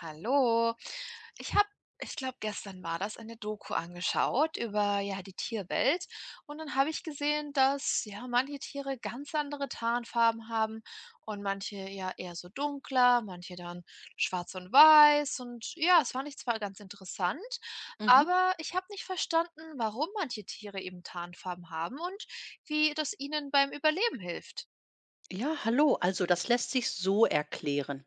Hallo. Ich habe, ich glaube, gestern war das, eine Doku angeschaut über ja die Tierwelt und dann habe ich gesehen, dass ja manche Tiere ganz andere Tarnfarben haben und manche ja eher so dunkler, manche dann schwarz und weiß und ja, es fand ich zwar ganz interessant, Mhm. aber ich habe nicht verstanden, warum manche Tiere eben Tarnfarben haben und wie das ihnen beim Überleben hilft. Ja, hallo. Also das lässt sich so erklären.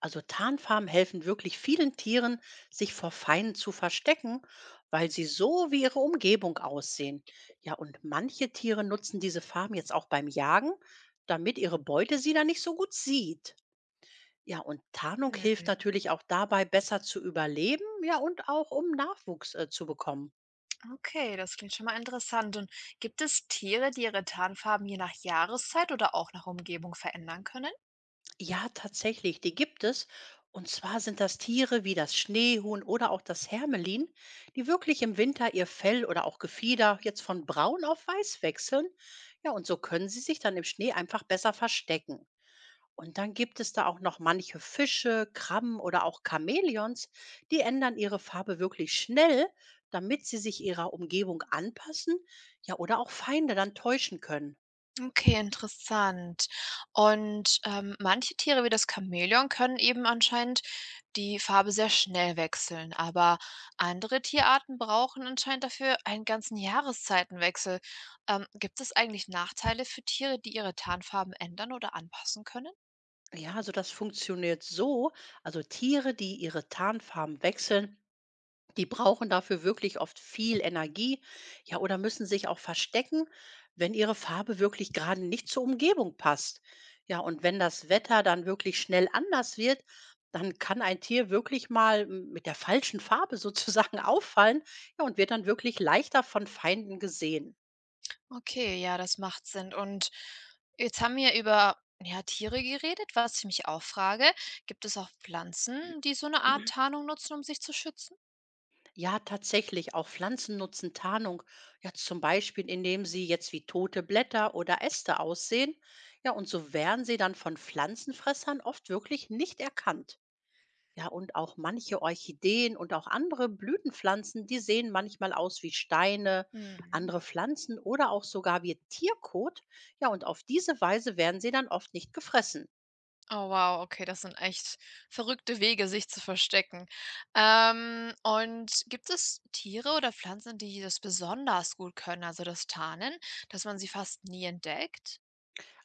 Also Tarnfarben helfen wirklich vielen Tieren, sich vor Feinden zu verstecken, weil sie so wie ihre Umgebung aussehen. Ja, und manche Tiere nutzen diese Farben jetzt auch beim Jagen, damit ihre Beute sie dann nicht so gut sieht. Ja, und Tarnung hilft natürlich auch dabei, besser zu überleben, ja, und auch um Nachwuchs zu bekommen. Okay, das klingt schon mal interessant. Und gibt es Tiere, die ihre Tarnfarben je nach Jahreszeit oder auch nach Umgebung verändern können? Ja, tatsächlich, die gibt es. Und zwar sind das Tiere wie das Schneehuhn oder auch das Hermelin, die wirklich im Winter ihr Fell oder auch Gefieder jetzt von braun auf weiß wechseln. Ja, und so können sie sich dann im Schnee einfach besser verstecken. Und dann gibt es da auch noch manche Fische, Krabben oder auch Chamäleons, die ändern ihre Farbe wirklich schnell, damit sie sich ihrer Umgebung anpassen, ja, oder auch Feinde dann täuschen können. Okay, interessant. Und manche Tiere wie das Chamäleon können eben anscheinend die Farbe sehr schnell wechseln, aber andere Tierarten brauchen anscheinend dafür einen ganzen Jahreszeitenwechsel. Gibt es eigentlich Nachteile für Tiere, die ihre Tarnfarben ändern oder anpassen können? Ja, also das funktioniert so. Also Tiere, die ihre Tarnfarben wechseln, die brauchen dafür wirklich oft viel Energie. Ja, oder müssen sich auch verstecken, wenn ihre Farbe wirklich gerade nicht zur Umgebung passt. Ja, und wenn das Wetter dann wirklich schnell anders wird, dann kann ein Tier wirklich mal mit der falschen Farbe sozusagen auffallen. Ja, und wird dann wirklich leichter von Feinden gesehen. Okay, ja, das macht Sinn. Und jetzt haben wir über ja, Tiere geredet, was ich mich auch frage. Gibt es auch Pflanzen, die so eine Art Tarnung nutzen, um sich zu schützen? Ja, tatsächlich. Auch Pflanzen nutzen Tarnung. Ja, zum Beispiel, indem sie jetzt wie tote Blätter oder Äste aussehen. Ja, und so werden sie dann von Pflanzenfressern oft wirklich nicht erkannt. Ja, und auch manche Orchideen und auch andere Blütenpflanzen, die sehen manchmal aus wie Steine, Hm. andere Pflanzen oder auch sogar wie Tierkot. Ja, und auf diese Weise werden sie dann oft nicht gefressen. Oh wow, okay, das sind echt verrückte Wege, sich zu verstecken. Und gibt es Tiere oder Pflanzen, die das besonders gut können, also das Tarnen, dass man sie fast nie entdeckt?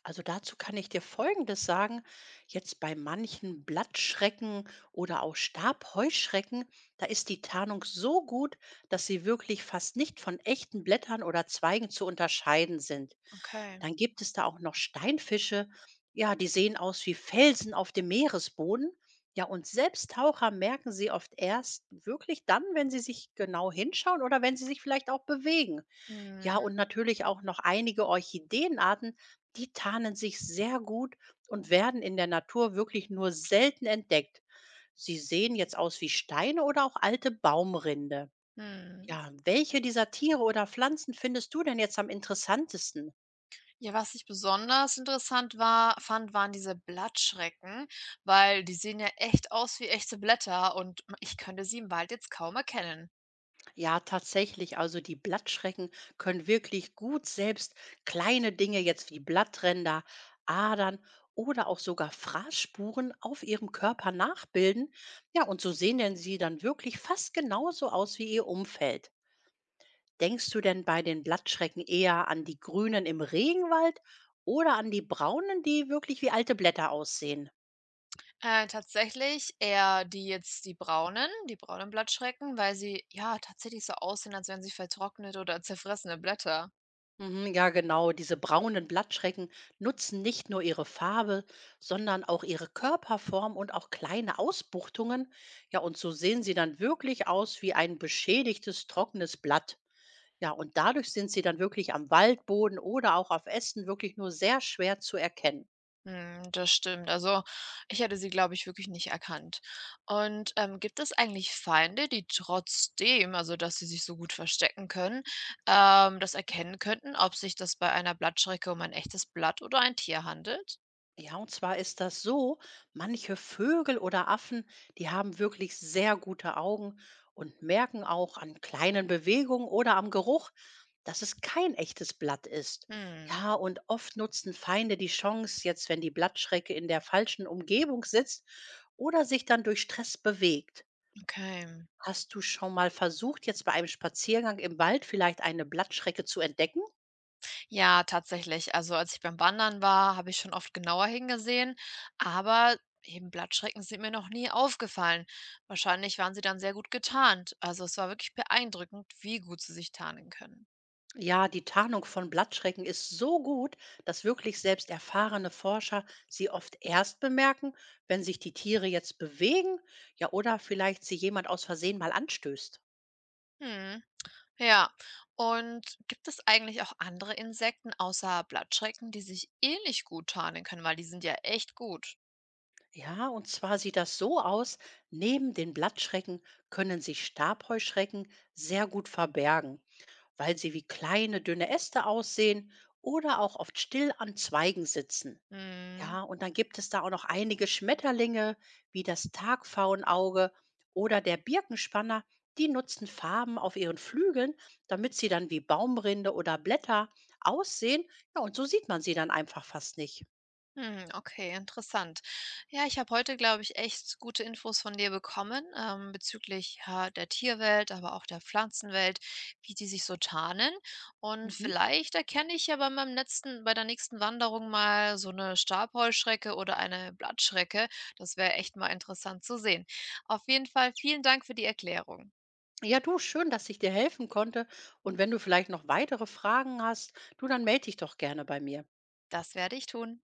Also dazu kann ich dir Folgendes sagen. Jetzt bei manchen Blattschrecken oder auch Stabheuschrecken, da ist die Tarnung so gut, dass sie wirklich fast nicht von echten Blättern oder Zweigen zu unterscheiden sind. Okay. Dann gibt es da auch noch Steinfische. Ja, die sehen aus wie Felsen auf dem Meeresboden. Ja, und selbst Taucher merken sie oft erst wirklich dann, wenn sie sich genau hinschauen oder wenn sie sich vielleicht auch bewegen. Ja, Hm. und natürlich auch noch einige Orchideenarten, die tarnen sich sehr gut und werden in der Natur wirklich nur selten entdeckt. Sie sehen jetzt aus wie Steine oder auch alte Baumrinde. Hm. Ja, welche dieser Tiere oder Pflanzen findest du denn jetzt am interessantesten? Ja, was ich besonders interessant war fand, waren diese Blattschrecken, weil die sehen ja echt aus wie echte Blätter und ich könnte sie im Wald jetzt kaum erkennen. Ja, tatsächlich. Also die Blattschrecken können wirklich gut selbst kleine Dinge jetzt wie Blattränder, Adern oder auch sogar Fraßspuren auf ihrem Körper nachbilden. Ja, und so sehen denn sie dann wirklich fast genauso aus wie ihr Umfeld. Denkst du denn bei den Blattschrecken eher an die Grünen im Regenwald oder an die Braunen, die wirklich wie alte Blätter aussehen? Tatsächlich eher die jetzt die braunen Blattschrecken, weil sie, ja, tatsächlich so aussehen, als wären sie vertrocknete oder zerfressene Blätter. Mhm. Ja, genau. Diese braunen Blattschrecken nutzen nicht nur ihre Farbe, sondern auch ihre Körperform und auch kleine Ausbuchtungen. Ja, und so sehen sie dann wirklich aus wie ein beschädigtes, trockenes Blatt. Ja, und dadurch sind sie dann wirklich am Waldboden oder auch auf Ästen wirklich nur sehr schwer zu erkennen. Mhm, das stimmt. Also, ich hätte sie, glaube ich, wirklich nicht erkannt. Und, gibt es eigentlich Feinde, die trotzdem also, dass sie sich so gut verstecken können, das erkennen könnten, ob sich das bei einer Blattschrecke um ein echtes Blatt oder ein Tier handelt? Ja, und zwar ist das so, manche Vögel oder Affen, die haben wirklich sehr gute Augen und merken auch an kleinen Bewegungen oder am Geruch, dass es kein echtes Blatt ist. Hm, Ja, und oft nutzen Feinde die Chance, jetzt wenn die Blattschrecke in der falschen Umgebung sitzt oder sich dann durch Stress bewegt. okay. Hast du schon mal versucht, jetzt bei einem Spaziergang im Wald vielleicht eine Blattschrecke zu entdecken? Ja, tatsächlich. Also, als ich beim Wandern war, habe ich schon oft genauer hingesehen, aber eben Blattschrecken sind mir noch nie aufgefallen. Wahrscheinlich waren sie dann sehr gut getarnt. Also, es war wirklich beeindruckend, wie gut sie sich tarnen können. Ja, die Tarnung von Blattschrecken ist so gut, dass wirklich selbst erfahrene Forscher sie oft erst bemerken, wenn sich die Tiere jetzt bewegen, ja, oder vielleicht sie jemand aus Versehen mal anstößt. Mhm. Ja. Und gibt es eigentlich auch andere Insekten außer Blattschrecken, die sich ähnlich gut tarnen können, weil die sind ja echt gut? Ja, und zwar sieht das so aus, neben den Blattschrecken können sich Stabheuschrecken sehr gut verbergen, weil sie wie kleine, dünne Äste aussehen oder auch oft still an Zweigen sitzen. Mhm. Ja, und dann gibt es da auch noch einige Schmetterlinge, wie das Tagfauenauge oder der Birkenspanner. Die nutzen Farben auf ihren Flügeln, damit sie dann wie Baumrinde oder Blätter aussehen. Ja, und so sieht man sie dann einfach fast nicht. Hm, okay, interessant. Ja, ich habe heute, glaube ich, echt gute Infos von dir bekommen, bezüglich ja, der Tierwelt, aber auch der Pflanzenwelt, wie die sich so tarnen. Und Mhm. vielleicht erkenne ich ja bei meinem letzten, bei der nächsten Wanderung mal so eine Stabheuschrecke oder eine Blattschrecke. Das wäre echt mal interessant zu sehen. Auf jeden Fall vielen Dank für die Erklärung. Ja, du, schön, dass ich dir helfen konnte. Und wenn du vielleicht noch weitere Fragen hast, du, dann melde dich doch gerne bei mir. Das werde ich tun.